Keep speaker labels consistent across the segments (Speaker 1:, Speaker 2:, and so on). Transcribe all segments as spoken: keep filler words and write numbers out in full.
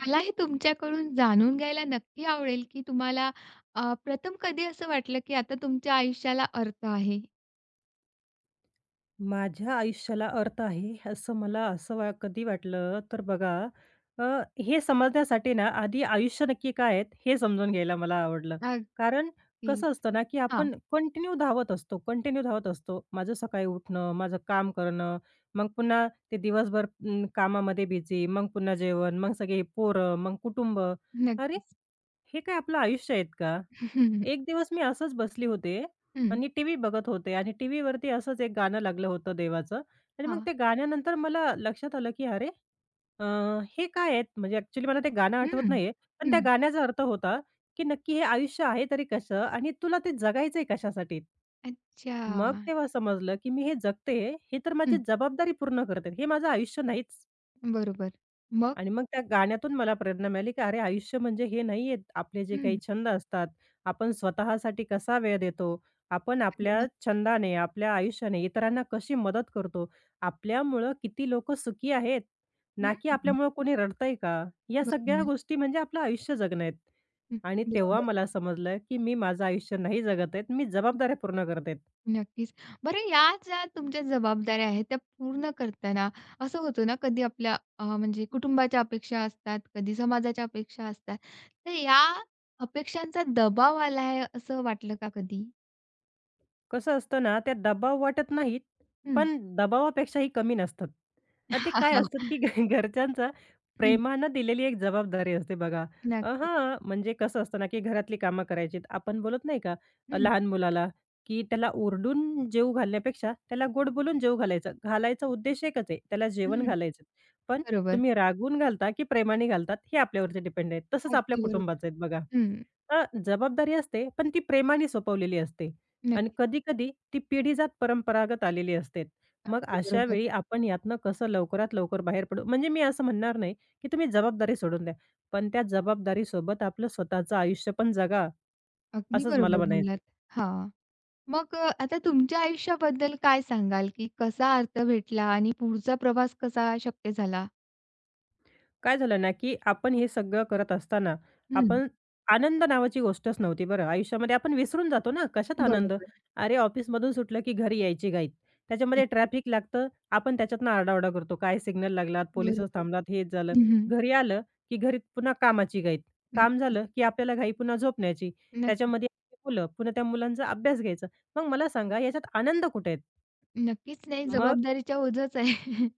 Speaker 1: मला हे तुमच्याकडून जाणून घ्यायला नक्की आवडेल, की तुम्हाला अ, प्रथम कधी असं वाटलं, की आता तुमच्या आयुष्याला अर्थ आहे?
Speaker 2: माझ्या आयुष्याला अर्थ आहे, असं मला असं वा कधी वाटलं, तर बघा. अ, हे समजण्यासाठी ना आधी आयुष्य नक्की काय आहे, हे समजून घ्यायला मला आवडलं. कारण
Speaker 1: अगदीच.
Speaker 2: कसं असतं ना, की
Speaker 1: हां,
Speaker 2: आपण कंटिन्यू धावत असतो, कंटिन्यू धावत असतो. माझं सकाळी उठणं, माझं काम करणं, मग पुन्हा ते दिवसभर अं, कामामध्ये बिझी, मग पुन्हा जेवण, मग सगळे पोरं, मग कुटुंब. अरे,
Speaker 1: नक्कीच.
Speaker 2: हे काय आपलं आयुष्य आहेत का? एक दिवस मी असंच बसली होते
Speaker 1: हं,
Speaker 2: आणि टीव्ही बघत होते आणि टीव्हीवरती असंच एक गाणं लागलं होतं देवाचं. आणि मग
Speaker 1: हां.
Speaker 2: ते गाण्यानंतर मला लक्षात आलं, की अरे, अ, हे काय आहेत, म्हणजे ॲक्च्युली मला ते गाणं आठवत
Speaker 1: हं,
Speaker 2: नाहीये, पण त्या
Speaker 1: हं.
Speaker 2: गाण्याचा अर्थ होता, की नक्की हे आयुष्य आहे तरी कसं आणि तुला ते जगायचंय कशासाठी.
Speaker 1: अच्छा.
Speaker 2: मग तेव्हा समजलं, की मी हे जगते, हे तर माझी
Speaker 1: हं,
Speaker 2: जबाबदारी पूर्ण करते, हे माझं आयुष्य नाहीच.
Speaker 1: बरोबर. मग?
Speaker 2: आणि मग त्या गाण्यातून मला प्रेरणा मिळाली, की अरे, आयुष्य म्हणजे हे नाहीये. आपले जे काही
Speaker 1: हं.
Speaker 2: छंद असतात, आपण स्वतःसाठी कसा वेळ देतो, आपण
Speaker 1: अरे
Speaker 2: आपल्या
Speaker 1: वाह!
Speaker 2: छंदाने, आपल्या आयुष्याने इतरांना कशी मदत करतो, आपल्यामुळं किती लोकं सुखी आहेत, ना की
Speaker 1: हं,
Speaker 2: आपल्यामुळं कोणी रडतंय का? या सगळ्या
Speaker 1: बरोबर.
Speaker 2: गोष्टी म्हणजे आपलं आयुष्य जगणं आहेत.
Speaker 1: हं,
Speaker 2: आणि तेव्हा
Speaker 1: बरोबर.
Speaker 2: मला समजलं, की मी माझं आयुष्य नाही जगत आहेत, मी जबाबदाऱ्या पूर्ण करत आहेत.
Speaker 1: नक्कीच. बरं, या ज्या तुमच्या जबाबदाऱ्या आहेत त्या पूर्ण करताना असं होतं ना कधी, आपल्या अ, म्हणजे कुटुंबाच्या अपेक्षा असतात, कधी समाजाच्या अपेक्षा असतात. तर या अपेक्षांचा दबाव आला आहे असं वाटलं का कधी?
Speaker 2: कसं असतं ना, त्या दबाव वाटत नाहीत,
Speaker 1: हं.
Speaker 2: पण दबावापेक्षाही कमी नसतात. अ, ते काय असतात, की घ- घरच्यांचा
Speaker 1: हं.
Speaker 2: प्रेमानं दिलेली एक जबाबदारी असते बघा. अ,
Speaker 1: नक्कीच.
Speaker 2: हां, म्हणजे कसं असतं ना, की घरातली कामं करायचीत. आपण बोलत नाही का अ,
Speaker 1: हं,
Speaker 2: लहान मुलाला, की त्याला ओरडून जेवू घालण्यापेक्षा त्याला गोड बोलून जेवू घालायचं. घालायचा उद्देश एकच आहे, त्याला जेवण
Speaker 1: हं.
Speaker 2: घालायचं. पण
Speaker 1: बरोबर.
Speaker 2: तुम्ही रागवून घालता, की प्रेमाने घालतात, हे आपल्यावरती डिपेंड आहे. तसंच आपल्या
Speaker 1: अगदी बरोबर.
Speaker 2: कुटुंबाचं आहेत बघा.
Speaker 1: हं.
Speaker 2: अ, जबाबदारी असते, पण ती प्रेमाने सोपवलेली असते आणि
Speaker 1: नक्कीच.
Speaker 2: कधी-कधी ती पिढीजात परंपरागत आलेली असते. मग
Speaker 1: अगदी
Speaker 2: अशा
Speaker 1: बरोबर.
Speaker 2: वेळी आपण यातनं कसं लवकरात लवकर बाहेर पडू? म्हणजे मी असं म्हणणार नाही, की तुम्ही जबाबदारी सोडून द्या, पण त्या जबाबदारीसोबत आपलं स्वतःचं आयुष्य पण जगा,
Speaker 1: अगदी
Speaker 2: असंच मला
Speaker 1: बरोबर बोललात.
Speaker 2: म्हणायचंय.
Speaker 1: हां. मग अ, आता तुमच्या आयुष्याबद्दल काय सांगाल, की कसा अर्थ भेटला आणि पुढचा प्रवास कसा शक्य झाला?
Speaker 2: काय झालं ना, की आपण हे सगळं करत असताना, आपण आनंद नावाची गोष्टच नव्हती बरं आयुष्यामध्ये. आपण विसरून जातो ना, कशात आनंद?
Speaker 1: बरोबर.
Speaker 2: अरे, ऑफिसमधून सुटलं की घरी यायची घाई. त्याच्यामध्ये
Speaker 1: नक्की.
Speaker 2: ट्रॅफिक लागतं, आपण त्याच्यातनं आरडाओरडा करतो. काय सिग्नल लागलात, पोलिसच
Speaker 1: बरोबर.
Speaker 2: थांबलात, हेच झालं.
Speaker 1: हं, हं.
Speaker 2: घरी आलं, की घरी पुन्हा कामाची घाई.
Speaker 1: न
Speaker 2: काम झालं, की आपल्याला घाई पुन्हा झोपण्याची.
Speaker 1: नक्कीच.
Speaker 2: त्याच्यामध्ये मुलं, पुन्हा त्या मुलांचा अभ्यास घ्यायचा. मग मला सांगा, याच्यात आनंद कुठे आहे?
Speaker 1: नक्कीच, नाही
Speaker 2: मग
Speaker 1: जबाबदारीच्या ओझंच आहे.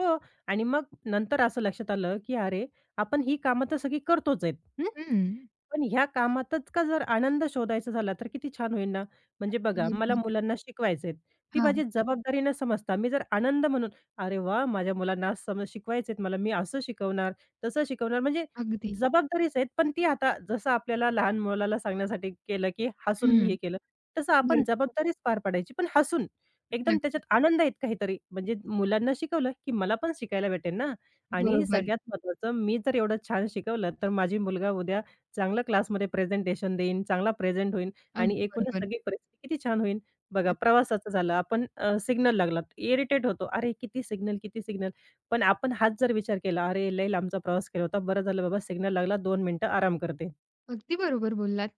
Speaker 2: हो. आणि मग नंतर असं लक्षात आलं, की अरे, आपण ही कामं तर सगळी करतोच आहेत, हं.
Speaker 1: हं.
Speaker 2: पण ह्या कामातच का जर आनंद शोधायचा झाला, तर किती छान होईल ना. म्हणजे बघा, मला
Speaker 1: बरोबर.
Speaker 2: मुलांना शिकवायचे आहेत. ती
Speaker 1: हां,
Speaker 2: माझी जबाबदारी न समजता मी जर आनंद म्हणून, "अरे वाह! माझ्या मुलांना आज समज शिकवायचे मला, मी असं शिकवणार, तसं शिकवणार." म्हणजे
Speaker 1: अगदी.
Speaker 2: जबाबदारीच आहेत, पण ती आता जसं आपल्याला लहान मुलाला सांगण्यासाठी केलं, की हसून
Speaker 1: हं.
Speaker 2: हे केलं, तसं आपण
Speaker 1: बरोबर.
Speaker 2: जबाबदारीच पार पाडायची, पण हसून. एकदम त्याच्यात
Speaker 1: नक्कीच.
Speaker 2: आनंद आहेत काहीतरी. म्हणजे मुलांना शिकवलं, की मला पण शिकायला भेटेल ना. आणि
Speaker 1: बरोबर.
Speaker 2: सगळ्यात महत्त्वाचं, मी जर एवढं छान शिकवलं, तर माझी मुलगा उद्या चांगलं क्लासमध्ये प्रेझेंटेशन देईन, चांगला प्रेझेंट होईल आणि
Speaker 1: अगदी
Speaker 2: एकूणच
Speaker 1: बरोबर.
Speaker 2: सगळी परिस्थिती किती छान होईल. बघा प्रवासाचं झालं, आपण सिग्नल लागला, इरिटेट होतो. अरे, किती सिग्नल, किती सिग्नल. पण आपण हाच जर विचार केला, "अरे, लई लांबचा प्रवास केला होता. बरं झालं बाबा सिग्नल लागला, दोन मिनिटं आराम करते."
Speaker 1: अगदी बरोबर बोललात.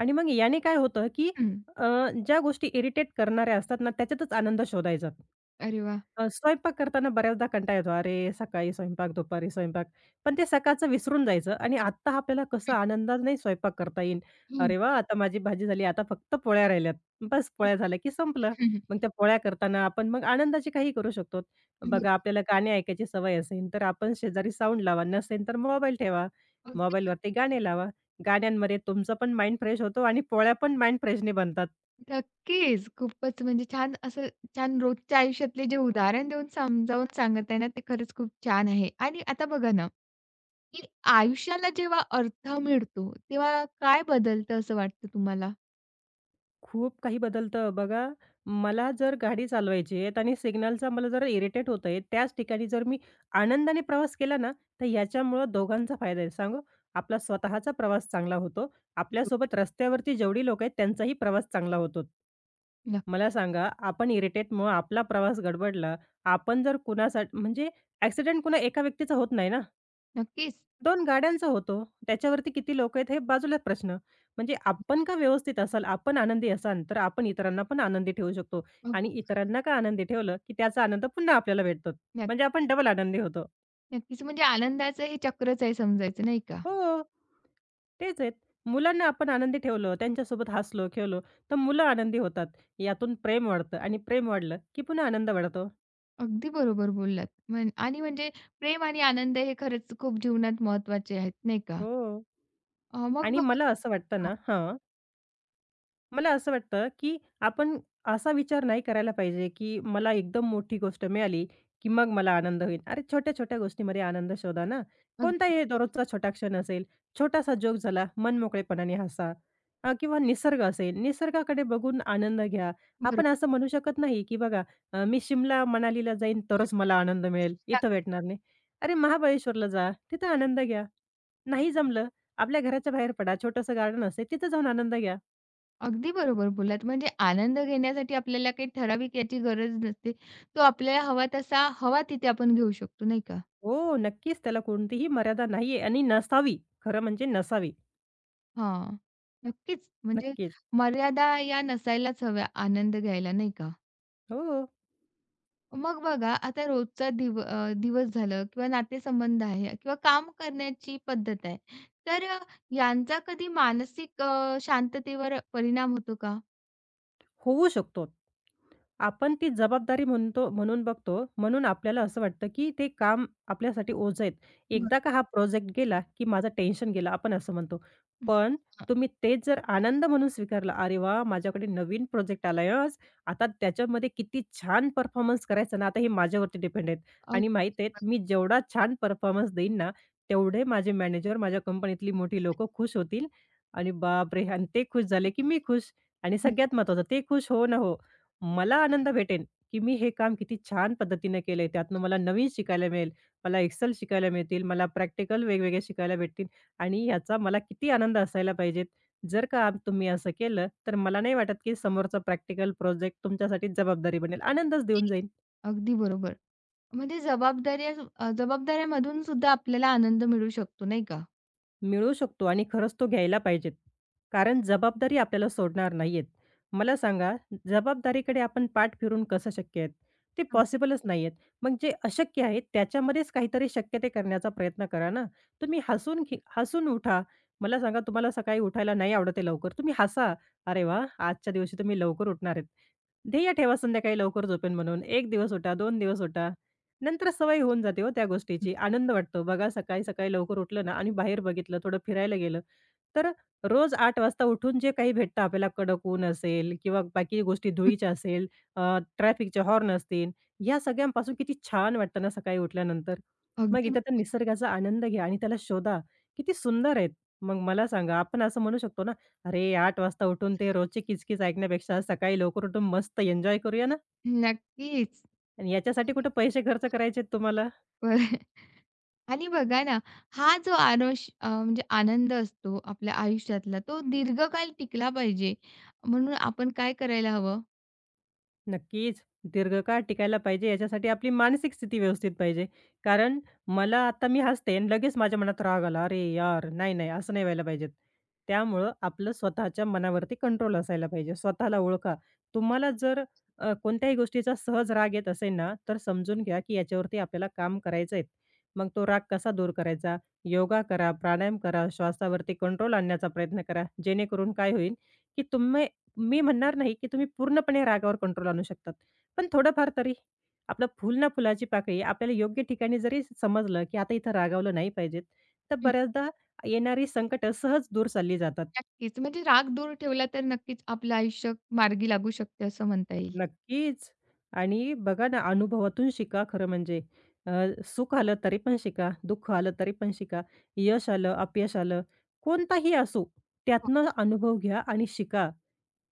Speaker 2: आणि मग याने काय होतं, की
Speaker 1: हं.
Speaker 2: अ, ज्या गोष्टी इरिटेट करणाऱ्या असतात ना, त्याच्यातच आनंद शोधायचा.
Speaker 1: अरे वाह!
Speaker 2: अ, स्वयंपाक करताना बऱ्याचदा कंटाळा येतो. अरे, सकाळी स्वयंपाक, दुपारी स्वयंपाक. पण ते सकाळचं विसरून जायचं आणि आत्ता आपल्याला कसं
Speaker 1: हं.
Speaker 2: आनंदाने स्वयंपाक करता येईल.
Speaker 1: हं,
Speaker 2: अरे वाह! आता माझी भाजी झाली. आता फक्त पोळ्या राहिल्यात. बस पोळ्या झाल्या की संपलं.
Speaker 1: हं.
Speaker 2: मग त्या पोळ्या करताना आपण मग आनंदाची काही करू शकतो.
Speaker 1: बरं.
Speaker 2: बघा, आपल्याला गाणी ऐकायची सवय असेल, तर आपण शेजारी साउंड लावा. नसेल तर मोबाईल ठेवा.
Speaker 1: अग
Speaker 2: मोबाईलवरती गाणे लावा. गाण्यांमध्ये तुमचं पण माइंड फ्रेश होतो आणि पोळ्या पण माइंड फ्रेशने बनतात.
Speaker 1: नक्कीच. खूपच म्हणजे छान असं, छान रोजच्या आयुष्यातले जे उदाहरण देऊन समजावून सांगत आहे ना, ते खरंच खूप छान आहे. आणि आता बघा ना, की आयुष्याला जेव्हा अर्थ मिळतो, तेव्हा काय बदलतं असं वाटतं तुम्हाला?
Speaker 2: खूप काही बदलतं. बघा, मला जर गाडी चालवायची आहे आणि सिग्नलचा मला जर इरिटेट होत आहे, त्याच ठिकाणी जर मी आनंदाने प्रवास केला ना, तर याच्यामुळं दोघांचा फायदा आहे. सांगू, आपला स्वतःचा प्रवास चांगला होतो. आपल्यासोबत रस्त्यावरती जेवढी लोकं आहेत, त्यांचाही प्रवास चांगला होतो. मला
Speaker 1: नक्की,
Speaker 2: सांगा, आपण इरिटेटमुळं आपला प्रवास गडबडला. आपण जर कुणासाठी म्हणजे ॲक्सिडेंट कुणा एका व्यक्तीचा होत नाही ना.
Speaker 1: नक्कीच.
Speaker 2: दोन गाड्यांचा होतो. त्याच्यावरती किती लोकं आहेत हे बाजूला प्रश्न. म्हणजे आपण का व्यवस्थित असाल, आपण आनंदी असाल, तर आपण इतरांना पण आनंदी ठेवू शकतो
Speaker 1: अग
Speaker 2: आणि इतरांना का आनंदी ठेवलं, की त्याचा आनंद पुन्हा आपल्याला भेटतो.
Speaker 1: नक्क
Speaker 2: म्हणजे आपण डबल आनंदी होतो.
Speaker 1: नक्कीच, म्हणजे आनंदाचं हे चक्रच आहे समजायचं नाही का?
Speaker 2: हो. तेच आहेत. मुलांना आपण आनंदी ठेवलं, त्यांच्यासोबत हसलो, खेळलो, तर मुलं आनंदी होतात. यातून प्रेम वाढतं आणि प्रेम वाढलं, की पुन्हा आनंद वाढतो.
Speaker 1: अगदी बरोबर बोललात. म्हण आणि म्हणजे प्रेम आणि आनंद हे खरंच खूप जीवनात महत्त्वाचे आहेत नाही का?
Speaker 2: हो.
Speaker 1: अ, मग
Speaker 2: आणि
Speaker 1: बघा,
Speaker 2: मला असं वाटतं
Speaker 1: हां,
Speaker 2: ना, हां. मला असं वाटतं, की आपण असा विचार नाही करायला पाहिजे, की मला एकदम मोठी गोष्ट मिळाली, की मग मला आनंद होईल. अरे, छोट्या-छोट्या गोष्टीमध्ये आनंद शोधा ना.
Speaker 1: अगदी
Speaker 2: कोणताही दररोजचा छोटा क्षण असेल, छोटासा जोक झाला, मनमोकळेपणाने हसा, अ, किंवा निसर्ग असेल, निसर्गाकडे बघून आनंद घ्या. आपण
Speaker 1: बरोबर.
Speaker 2: असं म्हणू शकत नाही, की बघा, अ, मी शिमला, मनालीला जाईन तरच मला आनंद मिळेल, इथं भेटणार नाही. अरे, महाबळेश्वरला जा, तिथं आनंद घ्या. नाही जमलं, आपल्या घराच्या बाहेर पडा, छोटंसं गार्डन असते, तिथं जाऊन आनंद घ्या.
Speaker 1: अगदी बरोबर बोललात. म्हणजे आनंद घेण्यासाठी आपल्याला काही ठराविक याची गरज नसते. तो आपल्याला हवा तसा, हवा तिथे आपण घेऊ शकतो नाही का?
Speaker 2: हो, नक्कीच. त्याला कोणतीही मर्यादा नाहीये आणि नसावी. खरं म्हणजे नसावी.
Speaker 1: हां. नक्कीच. म्हणजे
Speaker 2: नक्कीच.
Speaker 1: मर्यादा या नसायलाच हव्या आनंद घ्यायला, नाही का?
Speaker 2: हो.
Speaker 1: मग बघा, आता रोजचा दिव अ, दिवस झालं किंवा नातेसंबंध आहे किंवा काम करण्याची पद्धत आहे. तर अ, यांचा कधी मानसिक अ, शांततेवर परिणाम होतो का?
Speaker 2: होऊ शकतो. आपण ती जबाबदारी म्हणतो म्हणून बघतो, म्हणून आपल्याला असं वाटतं, की ते काम आपल्यासाठी ओझं आहेत.
Speaker 1: बघा.
Speaker 2: एकदा का हा प्रोजेक्ट गेला, की माझं टेन्शन गेलं, आपण असं म्हणतो. पण तुम्ही तेच जर आनंद म्हणून स्वीकारला, "अरे वाह! माझ्याकडे नवीन प्रोजेक्ट आलाय आज. आता त्याच्यामध्ये किती छान परफॉर्मन्स करायचा ना, आता हे माझ्यावरती डिपेंड आहेत आणि
Speaker 1: अगदी,
Speaker 2: माहीत आहे मी जेवढा छान परफॉर्मन्स देईन ना, तेवढे माझे मॅनेजर, माझ्या कंपनीतली मोठी लोकं खुश होतील." आणि बापरे! आणि ते खुश झाले, की मी खुश. आणि सगळ्यात महत्त्वाचं, ते खुश हो ना हो, मला आनंद भेटेन की मी हे काम किती छान पद्धतीने केलंय. त्यातनं मला नवीन शिकायला मिळेल, मला एक्सेल शिकायला मिळतील, मला प्रॅक्टिकल वेगवेगळे शिकायला भेटतील आणि याचा मला किती आनंद असायला पाहिजेत. जर का आप- तुम्ही असं केलं, तर मला नाही वाटत, की समोरचा प्रॅक्टिकल प्रोजेक्ट तुमच्यासाठी जबाबदारी बनेल. आनंदच देऊन जाईल.
Speaker 1: अगदी बरोबर. म्हणजे जबाबदाऱ्या अ, जबाबदाऱ्यामधून सुद्धा आपल्याला आनंद मिळू शकतो, नाही का?
Speaker 2: मिळू शकतो आणि खरंच तो घ्यायला पाहिजेत. कारण जबाबदारी आपल्याला सोडणार नाहीयेत. मला सांगा, जबाबदारीकडे आपण पाठ फिरून कसं शक्य आहेत? ते पॉसिबलच नाहीयेत. मग जे अशक्य आहेत, त्याच्यामध्येच काहीतरी शक्य ते करण्याचा प्रयत्न करा ना. तुम्ही हसून खी हसून उठा. मला सांगा, तुम्हाला सकाळी उठायला नाही आवडत आहे लवकर, तुम्ही हसा. "अरे वाह! आजच्या दिवशी तुम्ही लवकर उठणार आहेत." ध्येय ठेवा संध्याकाळी लवकर झोपेन म्हणून. एक दिवस उठा, दोन दिवस उठा. नंतर सवय होऊन जाते हो त्या गोष्टीची. आनंद वाटतो. बघा सकाळी-सकाळी लवकर उठलं ना आणि बाहेर बघितलं, थोडं फिरायला गेलं, तर रोज आठ वाजता उठून जे काही भेटतं आपल्याला, कडक ऊन असेल किंवा बाकी गोष्टी
Speaker 1: अगदी.
Speaker 2: धुळीच्या असेल, अ, ट्रॅफिकचे हॉर्न असतील, या सगळ्यांपासून किती छान वाटतं ना सकाळी उठल्यानंतर. मग
Speaker 1: अगदी
Speaker 2: इथं तर
Speaker 1: बरो-
Speaker 2: निसर्गाचा आनंद घ्या आणि त्याला शोधा. किती सुंदर आहेत. मग मला सांगा आपण असं म्हणू शकतो ना, "अरे आठ वाजता उठून ते रोजची किचकीच ऐकण्यापेक्षा सकाळी लवकर उठून मस्त एन्जॉय करूया ना."
Speaker 1: नक्कीच.
Speaker 2: आणि याच्यासाठी कुठे पैसे खर्च करायचे तुम्हाला?
Speaker 1: बरोबर. आणि बघा ना, हा जो आरोश अ, म्हणजे आनंद असतो आपल्या आयुष्यातला, तो दीर्घकाळ टिकला पाहिजे, म्हणून आपण काय करायला हवं?
Speaker 2: नक्कीच. दीर्घकाळ टिकायला पाहिजे याच्यासाठी आपली मानसिक स्थिती व्यवस्थित पाहिजे. कारण मला आता मी हसते आणि लगेच माझ्या मनात राग आला, "अरे यार! नाही, नाही, असं नाही व्हायला पाहिजेत." त्यामुळं आपलं स्वतःच्या मनावरती कंट्रोल असायला पाहिजे. स्वतःला ओळखा. तुम्हाला जर अ, कोणत्याही गोष्टीचा सहज राग येत असेल ना, तर समजून घ्या की याच्यावरती आपल्याला काम करायचं आहे. मग तो राग कसा दूर करायचा? योगा करा, प्राणायाम करा, श्वासावरती कंट्रोल आणण्याचा प्रयत्न करा. जेणेकरून काय होईल की तुम्ही, मी म्हणणार नाही, की तुम्ही पूर्णपणे रागावर कंट्रोल आणू शकतात. पण थोडंफार तरी. आपलं फूल ना फुलाची पाकळी आपल्याला योग्य ठिकाणी जरी समजलं, की आता इथं रागावलं नाही पाहिजेत, तर
Speaker 1: हं,
Speaker 2: बऱ्याचदा येणारी संकट सहज दूर चालली जातात.
Speaker 1: नक्कीच. म्हणजे राग दूर ठेवला तर नक्कीच आपलं आयुष्य मार्गी लागू शकते असं म्हणता येईल.
Speaker 2: नक्कीच. आणि बघा ना, अनुभवातून शिका खरं म्हणजे. अ, सुख आलं तरी पण शिका, दुःख आलं तरी पण शिका, यश आलं, अपयश आलं, कोणताही असो
Speaker 1: हो,
Speaker 2: त्यातनं अनुभव घ्या आणि शिका.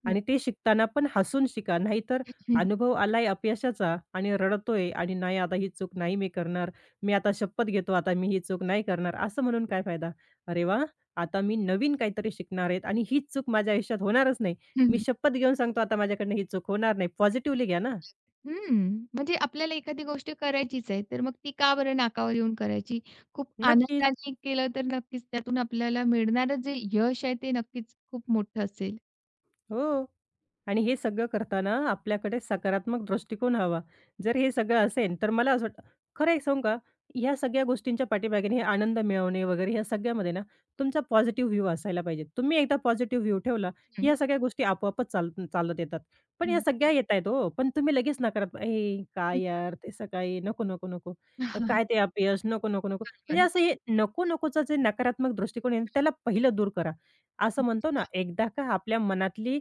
Speaker 1: नक्की.
Speaker 2: आणि ते शिकताना पण हसून शिका. नाहीतर
Speaker 1: हं.
Speaker 2: अनुभव आलाय अपयशाचा आणि रडतोय आणि नाही आता ही चूक नाही मी करणार. मी आता शपथ घेतो आता मी ही चूक नाही करणार. असं म्हणून काय फायदा? अरे वा, आता मी नवीन काहीतरी शिकणार आहेत आणि हीच चूक माझ्या आयुष्यात होणारच नाही.
Speaker 1: हं,
Speaker 2: मी शपथ घेऊन सांगतो आता माझ्याकडनं ही चूक होणार नाही. पॉझिटिव्हली घ्या ना.
Speaker 1: हम्म, म्हणजे आपल्याला एखादी गोष्ट करायचीच आहे, तर मग ती का बरं नाकावर येऊन करायची? खूप
Speaker 2: नक्कीच.
Speaker 1: आनंदाने केलं तर नक्कीच त्यातून आपल्याला मिळणारं जे यश आहे, ते नक्कीच खूप मोठं असेल.
Speaker 2: हो. आणि हे सगळं करताना आपल्याकडे सकारात्मक दृष्टिकोन हवा. जर हे सगळं असेल, तर मला असं वाटतं, खरं एक सांगू का? ह्या सगळ्या गोष्टींच्या पाठीमागे हे आनंद मिळवणे वगैरे ह्या सगळ्यामध्ये ना, तुमचा पॉझिटिव्ह व्ह्यू असायला पाहिजे. तुम्ही एकदा पॉझिटिव्ह व्ह्यू ठेवला, की
Speaker 1: हं,
Speaker 2: ह्या सगळ्या गोष्टी आपोआपच चाल चालत येतात. पण ह्या
Speaker 1: हं.
Speaker 2: सगळ्या येतायत हो, पण तुम्ही लगेच नकारात्मक, "ए, काय यार, ते सकाळी नको, नको, नको. अ, काय ते अपयश, नको, नको, नको." म्हणजे असं हे नको-नकोचा जे नकारात्मक दृष्टिकोन आहे ना, त्याला पहिलं दूर करा. असं म्हणतो ना, एकदा का आपल्या मनातली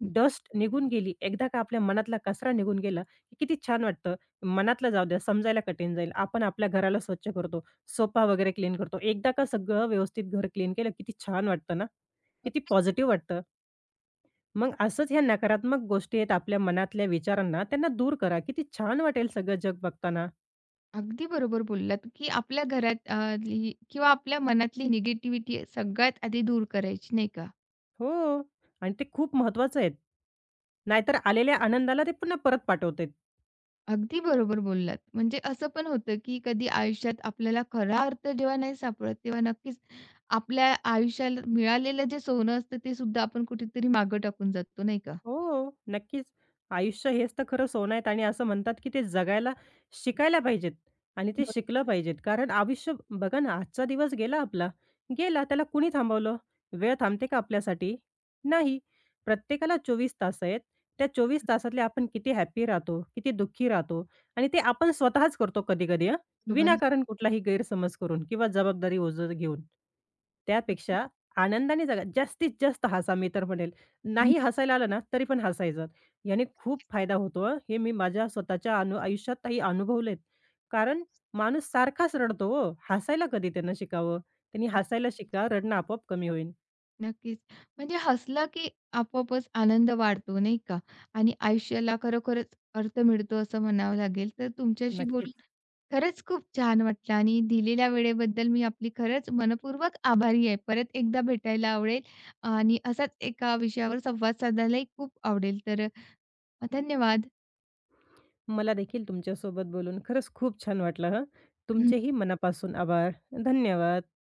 Speaker 1: बरोबर.
Speaker 2: डस्ट निघून गेली, एकदा का आपल्या मनातला कचरा निघून गेला, की किती छान वाटतं. मनातलं जाऊ द्या, समजायला कठीण जाईल. आपण आपल्या घराला स्वच्छ करतो, सोफा वगैरे क्लीन करतो. एकदा का सगळं व्यवस्थित घर क्लीन केलं, किती छान वाटतं ना? किती पॉझिटिव्ह वाटतं. मग असंच ह्या नकारात्मक गोष्टी आहेत आपल्या मनातल्या विचारांना, त्यांना दूर करा. किती छान वाटेल सगळं जग बघताना.
Speaker 1: अगदी बरोबर बोललात, की आपल्या घरात अ, ली किंवा आपल्या मनातली निगेटिव्हिटी सगळ्यात आधी दूर करायची, नाही का?
Speaker 2: हो आणि ते खूप महत्त्वाचं आहे. नाहीतर आलेल्या आनंदाला ते पुन्हा परत पाठवत.
Speaker 1: अगदी बरोबर बोललात. म्हणजे असं पण होतं, की कधी आयुष्यात आपल्याला खरा अर्थ जेव्हा नाही सापडत, तेव्हा नक्कीच आपल्या आयुष्याला मिळालेलं जे सोनं असतं, ते सुद्धा आपण कुठेतरी मागं टाकून जातो, नाही का?
Speaker 2: हो, हो. नक्कीच. आयुष्य हेच तर खरं सोनं आहेत आणि असं म्हणतात, की ते जगायला शिकायला पाहिजेत आणि ते शिकलं पाहिजेत. कारण आयुष्य बघा ना, आजचा दिवस गेला आपला, गेला. त्याला कुणी थांबवलं? वेळ थांबते का आपल्यासाठी? नाही. प्रत्येकाला चोवीस तास आहेत. त्या चोवीस तासातले आपण किती हॅपी राहतो, किती दुःखी राहतो आणि ते आपण स्वतःच करतो कधी-कधी हं,
Speaker 1: बरोबर.
Speaker 2: विनाकारण कुठलाही गैरसमज करून किंवा जबाबदारी ओझं घेऊन. त्यापेक्षा आनंदाने जगा. जास्तीत जास्त हसा मी तर म्हणेल. नाही हसायला आलं ना, तरी पण हसायचं. याने खूप फायदा होतो हं. हे मी माझ्या स्वतःच्या अनु आयुष्यातही अनुभवलेत. कारण माणूस सारखाच रडतो हो. हसायला कधी त्यानं शिकावं. त्यांनी हसायला शिका, रडणं आपोआप कमी होईल.
Speaker 1: नक्कीच. म्हणजे हसला की आपोआपच आनंद वाढतो नाही का? आणि आयुष्याला खरोखरच अर्थ मिळतो असं म्हणावं लागेल. तर तुमच्याशी
Speaker 2: नक्कीच.
Speaker 1: बोलून खरंच खूप छान वाटलं आणि दिलेल्या वेळेबद्दल मी आपली खरंच मनःपूर्वक आभारी आहे. परत एकदा भेटायला आवडेल आणि असाच एका विषयावर संवाद साधायलाही खूप आवडेल. तर धन्यवाद.
Speaker 2: मला देखील तुमच्यासोबत बोलून खरंच खूप छान वाटलं हं. तुमचेही मनापासून आभार. धन्यवाद.